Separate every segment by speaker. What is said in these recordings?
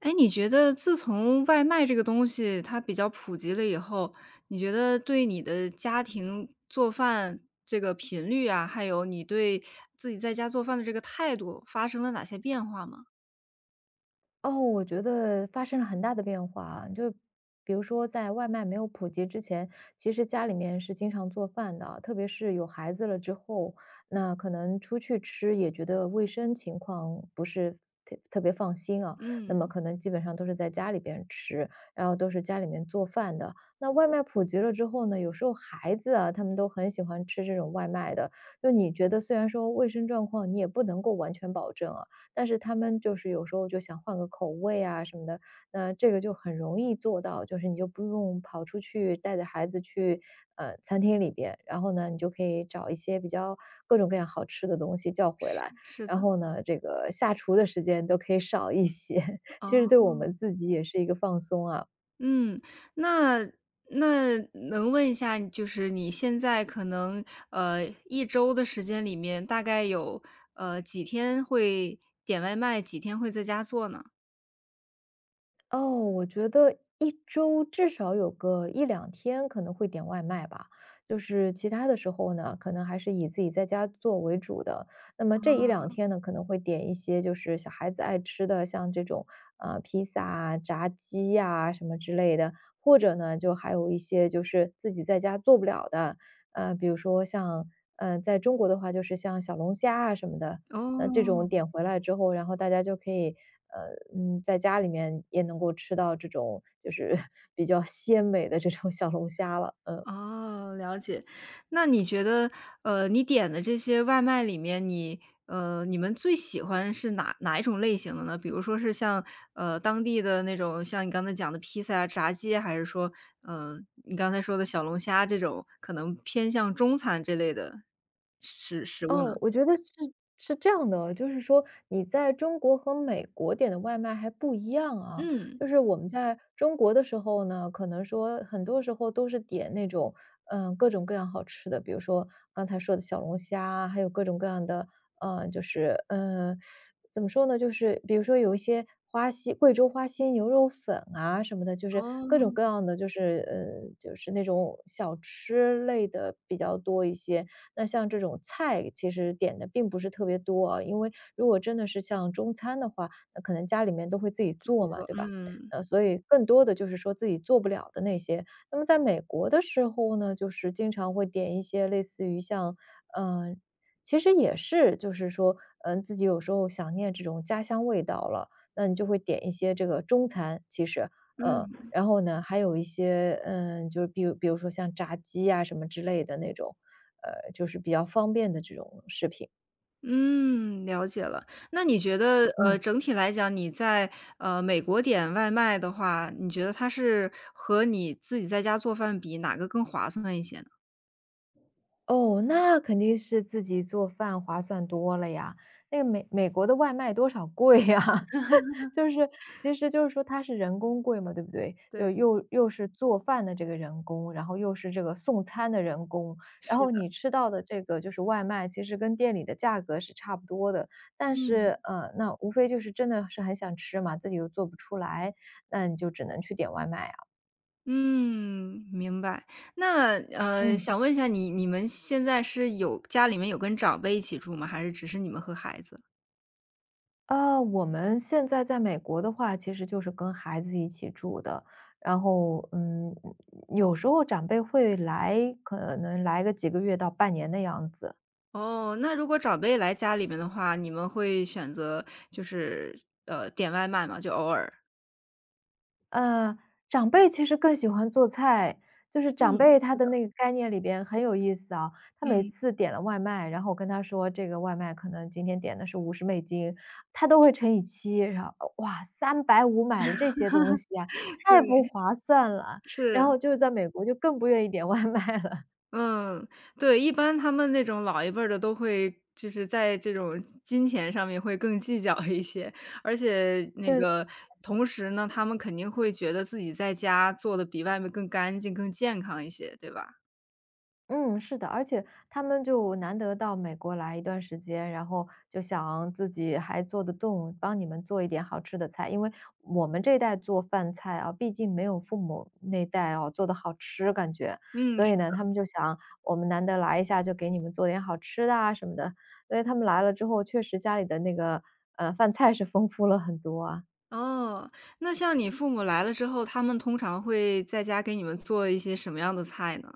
Speaker 1: 哎，你觉得自从外卖这个东西它比较普及了以后，你觉得对你的家庭做饭这个频率啊，还有你对自己在家做饭的这个态度发生了哪些变化吗？
Speaker 2: 哦，我觉得发生了很大的变化啊，就比如说在外卖没有普及之前，其实家里面是经常做饭的，特别是有孩子了之后，那可能出去吃也觉得卫生情况不是特别放心啊，那
Speaker 1: 嗯，
Speaker 2: 么可能基本上都是在家里边吃，然后都是家里面做饭的。那外卖普及了之后呢，有时候孩子啊，他们都很喜欢吃这种外卖的，就你觉得虽然说卫生状况你也不能够完全保证啊，但是他们就是有时候就想换个口味啊什么的，那这个就很容易做到，就是你就不用跑出去带着孩子去餐厅里边，然后呢，你就可以找一些比较各种各样好吃的东西叫回
Speaker 1: 是。
Speaker 2: 来，
Speaker 1: 是
Speaker 2: 然
Speaker 1: 的，
Speaker 2: 后呢，这个下厨的时间都可以少一些，其实
Speaker 1: 哦，
Speaker 2: 对我们自己也是一个放松啊。
Speaker 1: 嗯，那那能问一下，就是你现在可能一周的时间里面，大概有几天会点外卖，几天会在家做呢？
Speaker 2: 哦，我觉得一周至少有个一两天可能会点外卖吧，就是其他的时候呢，可能还是以自己在家做为主的。那么这一两天呢，可能会点一些就是小孩子爱吃的，像这种，披萨啊炸鸡呀什么之类的，或者呢，就还有一些就是自己在家做不了的，比如说像在中国的话就是像小龙虾啊什么的，那这
Speaker 1: 哦，
Speaker 2: 种点回来之后，然后大家就可以，呃，在家里面也能够吃到这种就是 比较鲜美的这种小龙虾了，嗯。
Speaker 1: 哦，了解。那你觉得，你点的这些外卖里面，你们最喜欢是哪一种类型的呢？比如说是像当地的那种，像你刚才讲的披萨啊、炸鸡，还是说，嗯，你刚才说的小龙虾这种，可能偏向中餐这类的食物呢？
Speaker 2: 哦，我觉得是这样的，就是说你在中国和美国点的外卖还不一样啊。
Speaker 1: 嗯，
Speaker 2: 就是我们在中国的时候呢，可能说很多时候都是点那种各种各样好吃的，比如说刚才说的小龙虾啊还有各种各样的就是怎么说呢，就是比如说有一些贵州花溪牛肉粉啊什么的，就是各种各
Speaker 1: 哦，
Speaker 2: 样的，就是那种小吃类的比较多一些。那像这种菜其实点的并不是特别多啊，因为如果真的是像中餐的话，那可能家里面都会自己
Speaker 1: 自己
Speaker 2: 做嘛，
Speaker 1: 做，
Speaker 2: 对吧？
Speaker 1: 嗯
Speaker 2: 所以更多的就是说自己做不了的那些。那么在美国的时候呢，就是经常会点一些类似于像，呃，其实也是就是说，自己有时候想念这种家乡味道了，那你就会点一些这个中餐，其实，
Speaker 1: 嗯。
Speaker 2: 然后呢，还有一些，就是比如说像炸鸡啊什么之类的那种。就是比较方便的这种食品。
Speaker 1: 嗯，了解了。那你觉得，呃，
Speaker 2: 嗯。
Speaker 1: 整体来讲，你在美国点外卖的话，你觉得它是和你自己在家做饭比，哪个更划算一些呢？
Speaker 2: 哦，那肯定是自己做饭划算多了呀。那个美国的外卖多少贵呀？就是其实就是说它是人工贵嘛，对不对？就
Speaker 1: 对，
Speaker 2: 又是做饭的这个人工，然后又是这个送餐的人工，然
Speaker 1: 是
Speaker 2: 后
Speaker 1: 的，
Speaker 2: 你吃到的这个就是外卖，其实跟店里的价格是差不多的。但
Speaker 1: 嗯
Speaker 2: 是，那无非就是真的是很想吃嘛，自己又做不出来，那你就只能去点外卖啊。
Speaker 1: 嗯，明白。那呃，
Speaker 2: 嗯。
Speaker 1: 想问一下你，你们现在是有家里面有跟长辈一起住吗？还是只是你们和孩子？
Speaker 2: 我们现在在美国的话，其实就是跟孩子一起住的。然后，有时候长辈会来，可能来个几个月到半年的样子。
Speaker 1: 哦，那如果长辈来家里面的话，你们会选择就是点外卖吗？就偶尔。
Speaker 2: 呃，长辈其实更喜欢做菜，就是长
Speaker 1: 嗯，
Speaker 2: 辈他
Speaker 1: 是
Speaker 2: 的那个概念里边很有意思啊。他每
Speaker 1: 嗯，
Speaker 2: 次点了外卖，然后我跟他说这个外卖可能今天点的是50美金，他都会乘以七，然后哇350买了这些东西啊，太不
Speaker 1: 对，
Speaker 2: 划算了，然
Speaker 1: 是。
Speaker 2: 后就是在美国就更不愿意点外卖了，
Speaker 1: 嗯，对，一般他们那种老一辈儿的都会就是在这种金钱上面会更计较一些，而且那
Speaker 2: 对
Speaker 1: 个同时呢，他们肯定会觉得自己在家做的比外面更干净、更健康一些，对吧？
Speaker 2: 嗯，是的，而且他们就难得到美国来一段时间，然后就想自己还做得动，帮你们做一点好吃的菜。因为我们这一代做饭菜啊，毕竟没有父母那代做的好吃，感觉。
Speaker 1: 嗯，
Speaker 2: 所
Speaker 1: 是
Speaker 2: 以呢，他们就想我们难得来一下，就给你们做点好吃的啊什么的。所以他们来了之后，确实家里的那个饭菜是丰富了很多啊。
Speaker 1: 哦，那像你父母来了之后，他们通常会在家给你们做一些什么样的菜呢？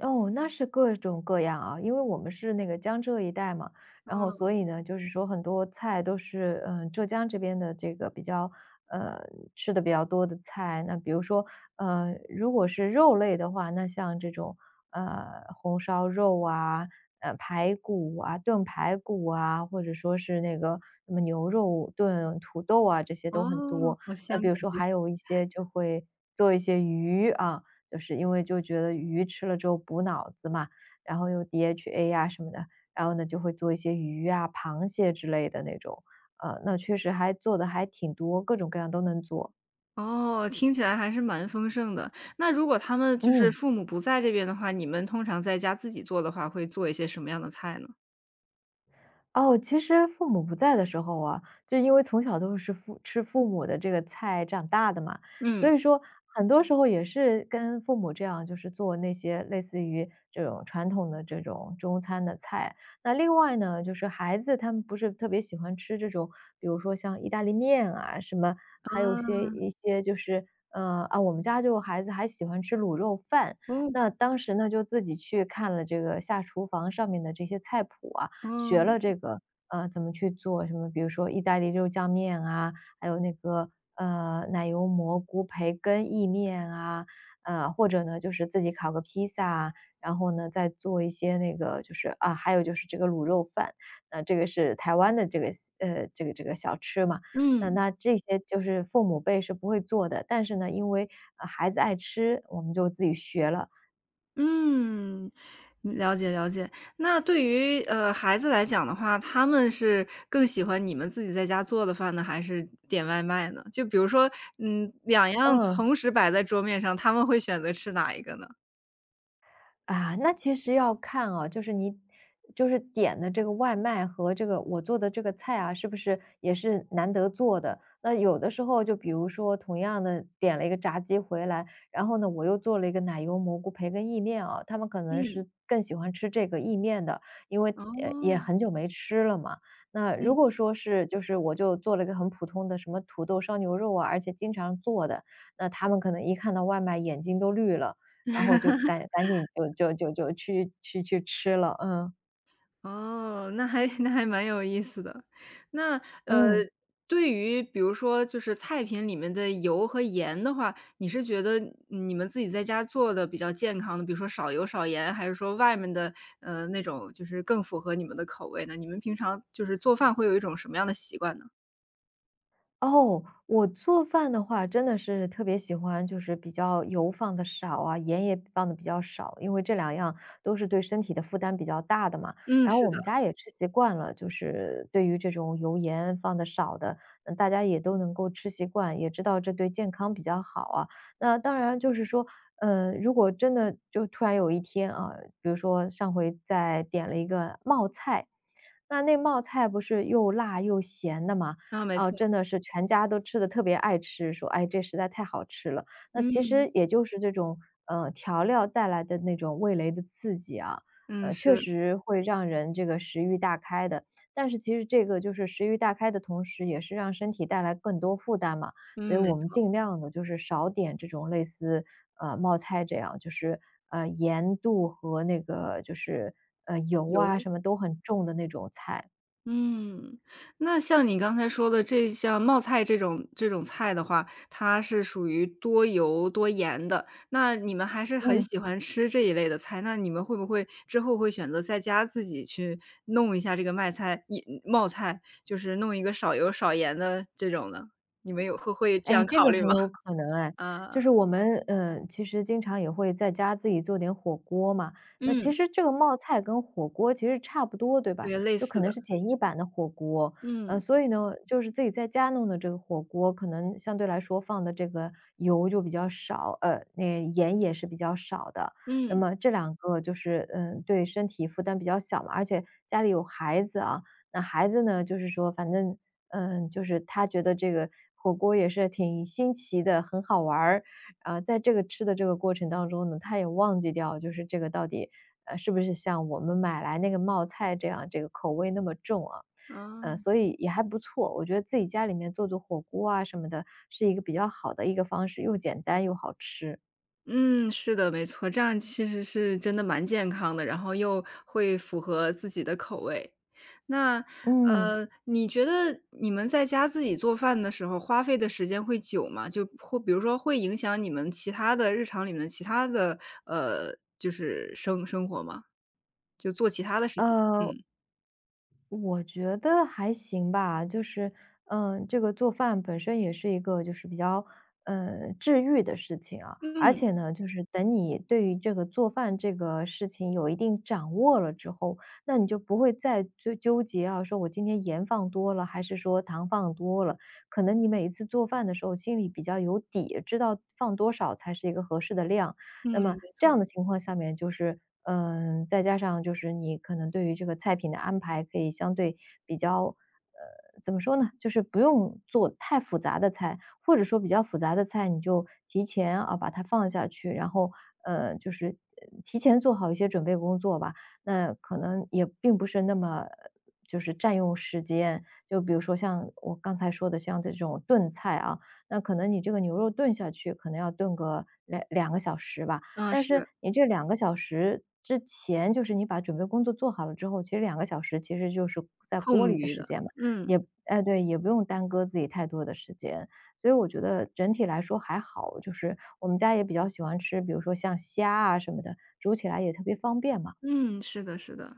Speaker 2: 哦，那是各种各样啊，因为我们是那个江浙一带嘛，然
Speaker 1: 嗯，
Speaker 2: 后所以呢，就是说很多菜都是，浙江这边的这个比较，呃，吃的比较多的菜。那比如说，如果是肉类的话，那像这种，红烧肉啊，排骨啊，炖排骨啊，或者说是那个什么牛肉炖土豆啊，这些都
Speaker 1: 哦，
Speaker 2: 很多。
Speaker 1: 好
Speaker 2: 那
Speaker 1: 香
Speaker 2: 比如说还有一些就会做一些鱼啊，就是因为就觉得鱼吃了之后补脑子嘛，然后有 DHA 呀什么的，然后呢就会做一些鱼啊、螃蟹之类的那种，那确实还做的还挺多，各种各样都能做，
Speaker 1: 哦，听起来还是蛮丰盛的。那如果他们就是
Speaker 2: 嗯。
Speaker 1: 父母不在这边的话，你们通常在家自己做的话，会做一些什么样的菜呢？
Speaker 2: 哦，其实父母不在的时候啊，就因为从小都是父母的这个菜长大的嘛，
Speaker 1: 嗯。
Speaker 2: 所以说很多时候也是跟父母这样，就是做那些类似于这种传统的这种中餐的菜。那另外呢，就是孩子他们不是特别喜欢吃这种，比如说像意大利面啊什么，
Speaker 1: 啊，
Speaker 2: 还有一些就是，我们家就孩子还喜欢吃卤肉饭。
Speaker 1: 哦，
Speaker 2: 那当时呢，就自己去看了这个下厨房上面的这些菜谱啊，学
Speaker 1: 嗯，
Speaker 2: 了这个，怎么去做什么，比如说意大利肉酱面啊，还有那个，奶油蘑菇培根意面啊，或者呢，就是自己烤个披萨啊然后呢，再做一些那个就是啊，还有就是这个卤肉饭，那这个是台湾的这个小吃嘛。那
Speaker 1: 嗯，
Speaker 2: 那这些就是父母辈是不会做的，但是呢，因为，孩子爱吃，我们就自己学了。
Speaker 1: 嗯，了解了解。那对于，呃，孩子来讲的话，他们是更喜欢你们自己在家做的饭呢，还是点外卖呢？就比如说，嗯，两样
Speaker 2: 嗯。
Speaker 1: 同时摆在桌面上，他们会选择吃哪一个呢？
Speaker 2: 啊，那其实要看啊，就是你就是点的这个外卖和这个我做的这个菜啊，是不是也是难得做的？那有的时候就比如说同样的点了一个炸鸡回来，然后呢，我又做了一个奶油蘑菇培根意面啊，他们可能
Speaker 1: 嗯。
Speaker 2: 是更喜欢吃这个意面的，因为
Speaker 1: 哦，
Speaker 2: 也很久没吃了嘛。那如
Speaker 1: 嗯。
Speaker 2: 果说是就是我就做了一个很普通的什么土豆烧牛肉啊，而且经常做的，那他们可能一看到外卖眼睛都绿了。然后我就赶紧就去吃了，嗯
Speaker 1: 哦，那还 那还蛮有意思的。那呃，
Speaker 2: 嗯。
Speaker 1: 对于比如说就是菜品里面的油和盐的话，你是觉得你们自己在家做的比较健康的，比如说少油少盐，还是说外面的那种就是更符合你们的口味呢？你们平常就是做饭会有一种什么样的习惯呢？
Speaker 2: 哦，我做饭的话真的是特别喜欢，就是比较油放的少啊，盐也放的比较少，因为这两样都是对身体的负担比较大的嘛。
Speaker 1: 嗯，
Speaker 2: 然后
Speaker 1: 是
Speaker 2: 我
Speaker 1: 的，
Speaker 2: 们家也吃习惯了，就是对于这种油盐放的少的，大家也都能够吃习惯，也知道这对健康比较好啊。那当然就是说，如果真的就突然有一天啊，比如说上回在点了一个冒菜，那冒菜不是又辣又咸的嘛？
Speaker 1: 啊，没
Speaker 2: 哦，
Speaker 1: 错，
Speaker 2: 真的是全家都吃的特别爱吃，说："哎，这实在太好吃了。"那其
Speaker 1: 嗯
Speaker 2: 实也就是这种，调料带来的那种味蕾的刺激啊，
Speaker 1: 嗯
Speaker 2: 确
Speaker 1: 是，
Speaker 2: 实会让人这个食欲大开的。但是其实这个就是食欲大开的同时，也是让身体带来更多负担嘛，所以
Speaker 1: 嗯没
Speaker 2: 我们
Speaker 1: 错，
Speaker 2: 尽量的就是少点这种类似，冒菜这样，就是，盐度和那个就是，油啊
Speaker 1: 油。
Speaker 2: 什么都很重的那种菜，
Speaker 1: 嗯，那像你刚才说的像冒菜这种菜的话，它是属于多油多盐的，那你们还是很
Speaker 2: 嗯。
Speaker 1: 喜欢吃这一类的菜，那你们会不会之后会选择在家自己去弄一下这个麦菜一冒菜，就是弄一个少油少盐的这种呢？你们有会这
Speaker 2: 哎，
Speaker 1: 样
Speaker 2: 这
Speaker 1: 考
Speaker 2: 个
Speaker 1: 虑
Speaker 2: 很
Speaker 1: 吗？
Speaker 2: 有 可能哎，
Speaker 1: 啊，
Speaker 2: 就是我们，其实经常也会在家自己做点火锅嘛。那其
Speaker 1: 嗯，
Speaker 2: 实这个冒菜跟火锅其实差不多，对吧？
Speaker 1: 对，类
Speaker 2: 就可
Speaker 1: 似的，
Speaker 2: 能是简易版的火锅，
Speaker 1: 嗯，
Speaker 2: 所以呢，就是自己在家弄的这个火锅，可能相对来说放的这个油就比较少，那盐也是比较少的。那
Speaker 1: 嗯，
Speaker 2: 么这两个就是，嗯，对身体负担比较小嘛，而且家里有孩子啊，那孩子呢，就是说反正嗯，就是他觉得这个火锅也是挺新奇的，很好玩儿。啊，在这个吃的这个过程当中呢，他也忘记掉，就是这个到底，呃，是不是像我们买来那个冒菜这样，这个口味那么重啊？呃，
Speaker 1: 啊。
Speaker 2: 所以也还不错，我觉得自己家里面做做火锅啊什么的，是一个比较好的一个方式，又简单又好吃。
Speaker 1: 嗯，是的，没错，这样其实是真的蛮健康的，然后又会符合自己的口味。那，
Speaker 2: 嗯。
Speaker 1: 呃，你觉得你们在家自己做饭的时候花费的时间会久吗？就或比如说会影响你们其他的日常里面的其他的，呃，就是生活吗？就做其他的事情？
Speaker 2: 嗯呃，
Speaker 1: 嗯，
Speaker 2: 我觉得还行吧，就是，嗯，这个做饭本身也是一个就是比较，呃，治愈的事情啊。而
Speaker 1: 嗯，
Speaker 2: 且呢，就是等你对于这个做饭这个事情有一定掌握了之后，那你就不会再纠纠结啊，说我今天盐放多了，还是说糖放多了。可能你每一次做饭的时候，心里比较有底，知道放多少才是一个合适的量。那
Speaker 1: 嗯，
Speaker 2: 么
Speaker 1: 没
Speaker 2: 这样
Speaker 1: 错，
Speaker 2: 的情况下面就是，嗯，再加上就是你可能对于这个菜品的安排可以相对比较怎么说呢，就是不用做太复杂的菜，或者说比较复杂的菜，你就提前啊把它放下去，然后就是提前做好一些准备工作吧。那可能也并不是那么就是占用时间，就比如说像我刚才说的，像这种炖菜啊，那可能你这个牛肉炖下去，可能要炖个两个小时吧。
Speaker 1: 啊，
Speaker 2: 但是
Speaker 1: 是，
Speaker 2: 你这两个小时之前，就是你把准备工作做好了之后，其实两个小时其实就是在锅
Speaker 1: 空
Speaker 2: 里的
Speaker 1: 余
Speaker 2: 时
Speaker 1: 的，
Speaker 2: 间嘛，
Speaker 1: 嗯，
Speaker 2: 也哎，对，也不用耽搁自己太多的时间。所以我觉得整体来说还好，就是我们家也比较喜欢吃，比如说像虾啊什么的，煮起来也特别方便嘛。
Speaker 1: 嗯，是的，是的。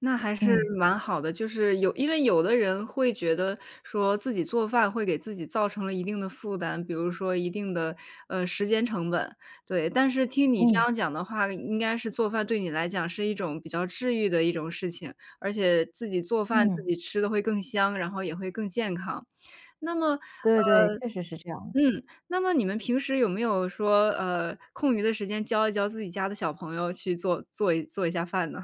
Speaker 1: 那还是
Speaker 2: 嗯，
Speaker 1: 蛮好的，就是有因为有的人会觉得说自己做饭会给自己造成了一定的负担，比如说一定的，呃，时间成本，对。但是听你这
Speaker 2: 嗯，
Speaker 1: 样讲的话，应该是做饭对你来讲是一种比较治愈的一种事情，而且自己做饭自
Speaker 2: 嗯，
Speaker 1: 己吃的会更香，然后也会更健康。那么，
Speaker 2: 对
Speaker 1: 呃
Speaker 2: 对，确实是这样的。
Speaker 1: 嗯，那么你们平时有没有说，呃，空余的时间教一教自己家的小朋友去做一下饭呢？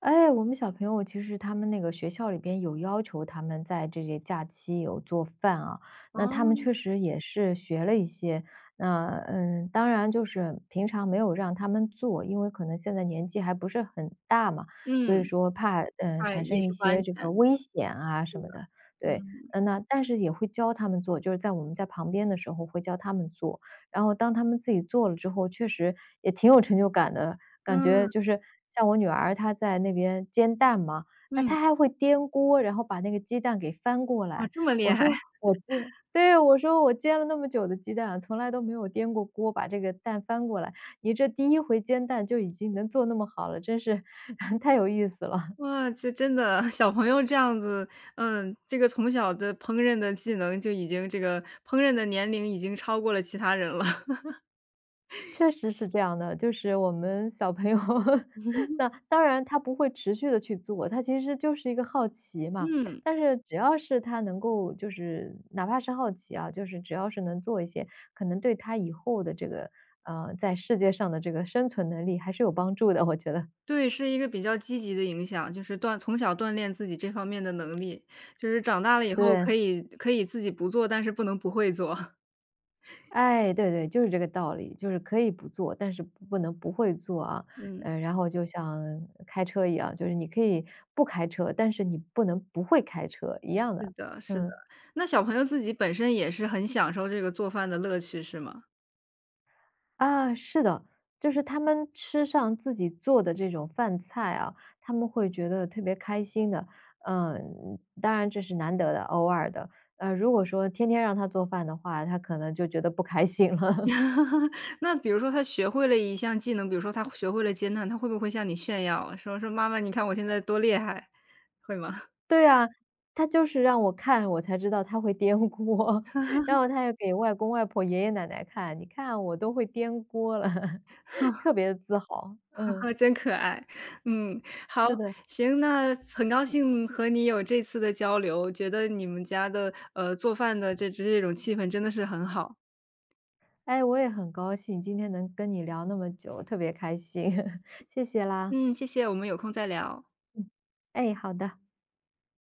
Speaker 2: 哎，我们小朋友其实他们那个学校里边有要求他们在这些假期有做饭啊，那他们
Speaker 1: 哦，
Speaker 2: 确实也是学了一些。那嗯，当然就是平常没有让他们做，因为可能现在年纪还不是很大嘛，所以
Speaker 1: 嗯。
Speaker 2: 说怕
Speaker 1: 哎，
Speaker 2: 产生
Speaker 1: 也
Speaker 2: 一
Speaker 1: 是不安
Speaker 2: 些这个
Speaker 1: 全。
Speaker 2: 危险啊什么的。对，
Speaker 1: 嗯，
Speaker 2: 嗯，那但是也会教他们做，就是在我们在旁边的时候会教他们做，然后当他们自己做了之后，确实也挺有成就感的。感觉
Speaker 1: 嗯，
Speaker 2: 就是像我女儿她在那边煎蛋嘛，那
Speaker 1: 嗯，
Speaker 2: 她还会颠锅，然后把那个鸡蛋给翻过
Speaker 1: 哇，
Speaker 2: 来。
Speaker 1: 这么厉
Speaker 2: 我
Speaker 1: 害！
Speaker 2: 说我煎对，我说我煎了那么久的鸡蛋，从来都没有颠过锅，把这个蛋翻过来。你这第一回煎蛋就已经能做那么好了，真是 太有意思了。
Speaker 1: 哇，这真的小朋友这样子，嗯，这个从小的烹饪的技能就已经这个烹饪的年龄已经超过了其他人了。
Speaker 2: 确实是这样的，就是我们小朋友 那当然他不会持续的去做，他其实就是一个好奇嘛。
Speaker 1: 嗯，
Speaker 2: 但是只要是他能够就是哪怕是好奇啊，就是只要是能做一些，可能对他以后的这个，在世界上的这个生存能力还是有帮助的，我觉得。
Speaker 1: 对，是一个比较积极的影响，就是从小锻炼自己这方面的能力，就是长大了以后
Speaker 2: 对。
Speaker 1: 可以自己不做，但是不能不会做。
Speaker 2: 哎，对对，就是这个道理，就是可以不做，但是不能不会做啊。
Speaker 1: 嗯，
Speaker 2: 嗯，然后就像开车一样，就是你可以不开车，但是你不能不会开车，一样
Speaker 1: 是
Speaker 2: 的。
Speaker 1: 的，是的。
Speaker 2: 嗯，
Speaker 1: 那小朋友自己本身也是很享受这个做饭的乐趣，是吗？
Speaker 2: 啊，是的，就是他们吃上自己做的这种饭菜啊，他们会觉得特别开心的。嗯，当然这是难得的，偶尔的。如果说天天让他做饭的话，他可能就觉得不开心了。
Speaker 1: 那比如说他学会了一项技能，比如说他学会了煎蛋，他会不会向你炫耀，说：“妈妈，你看我现在多厉害。”会吗？
Speaker 2: 对啊，他就是让我看，我才知道他会颠锅，然 后他又给外公外婆、爷爷奶奶看，你看啊我都会颠锅了，特别自豪。嗯，
Speaker 1: 真可爱。嗯，好，
Speaker 2: 是的，
Speaker 1: 行，那很高兴和你有这次的交流，觉得你们家的，呃，做饭的这种气氛真的是很好。
Speaker 2: 哎，我也很高兴今天能跟你聊那么久，特别开心，谢谢啦。
Speaker 1: 嗯，谢谢，我们有空再聊。
Speaker 2: 哎，好的。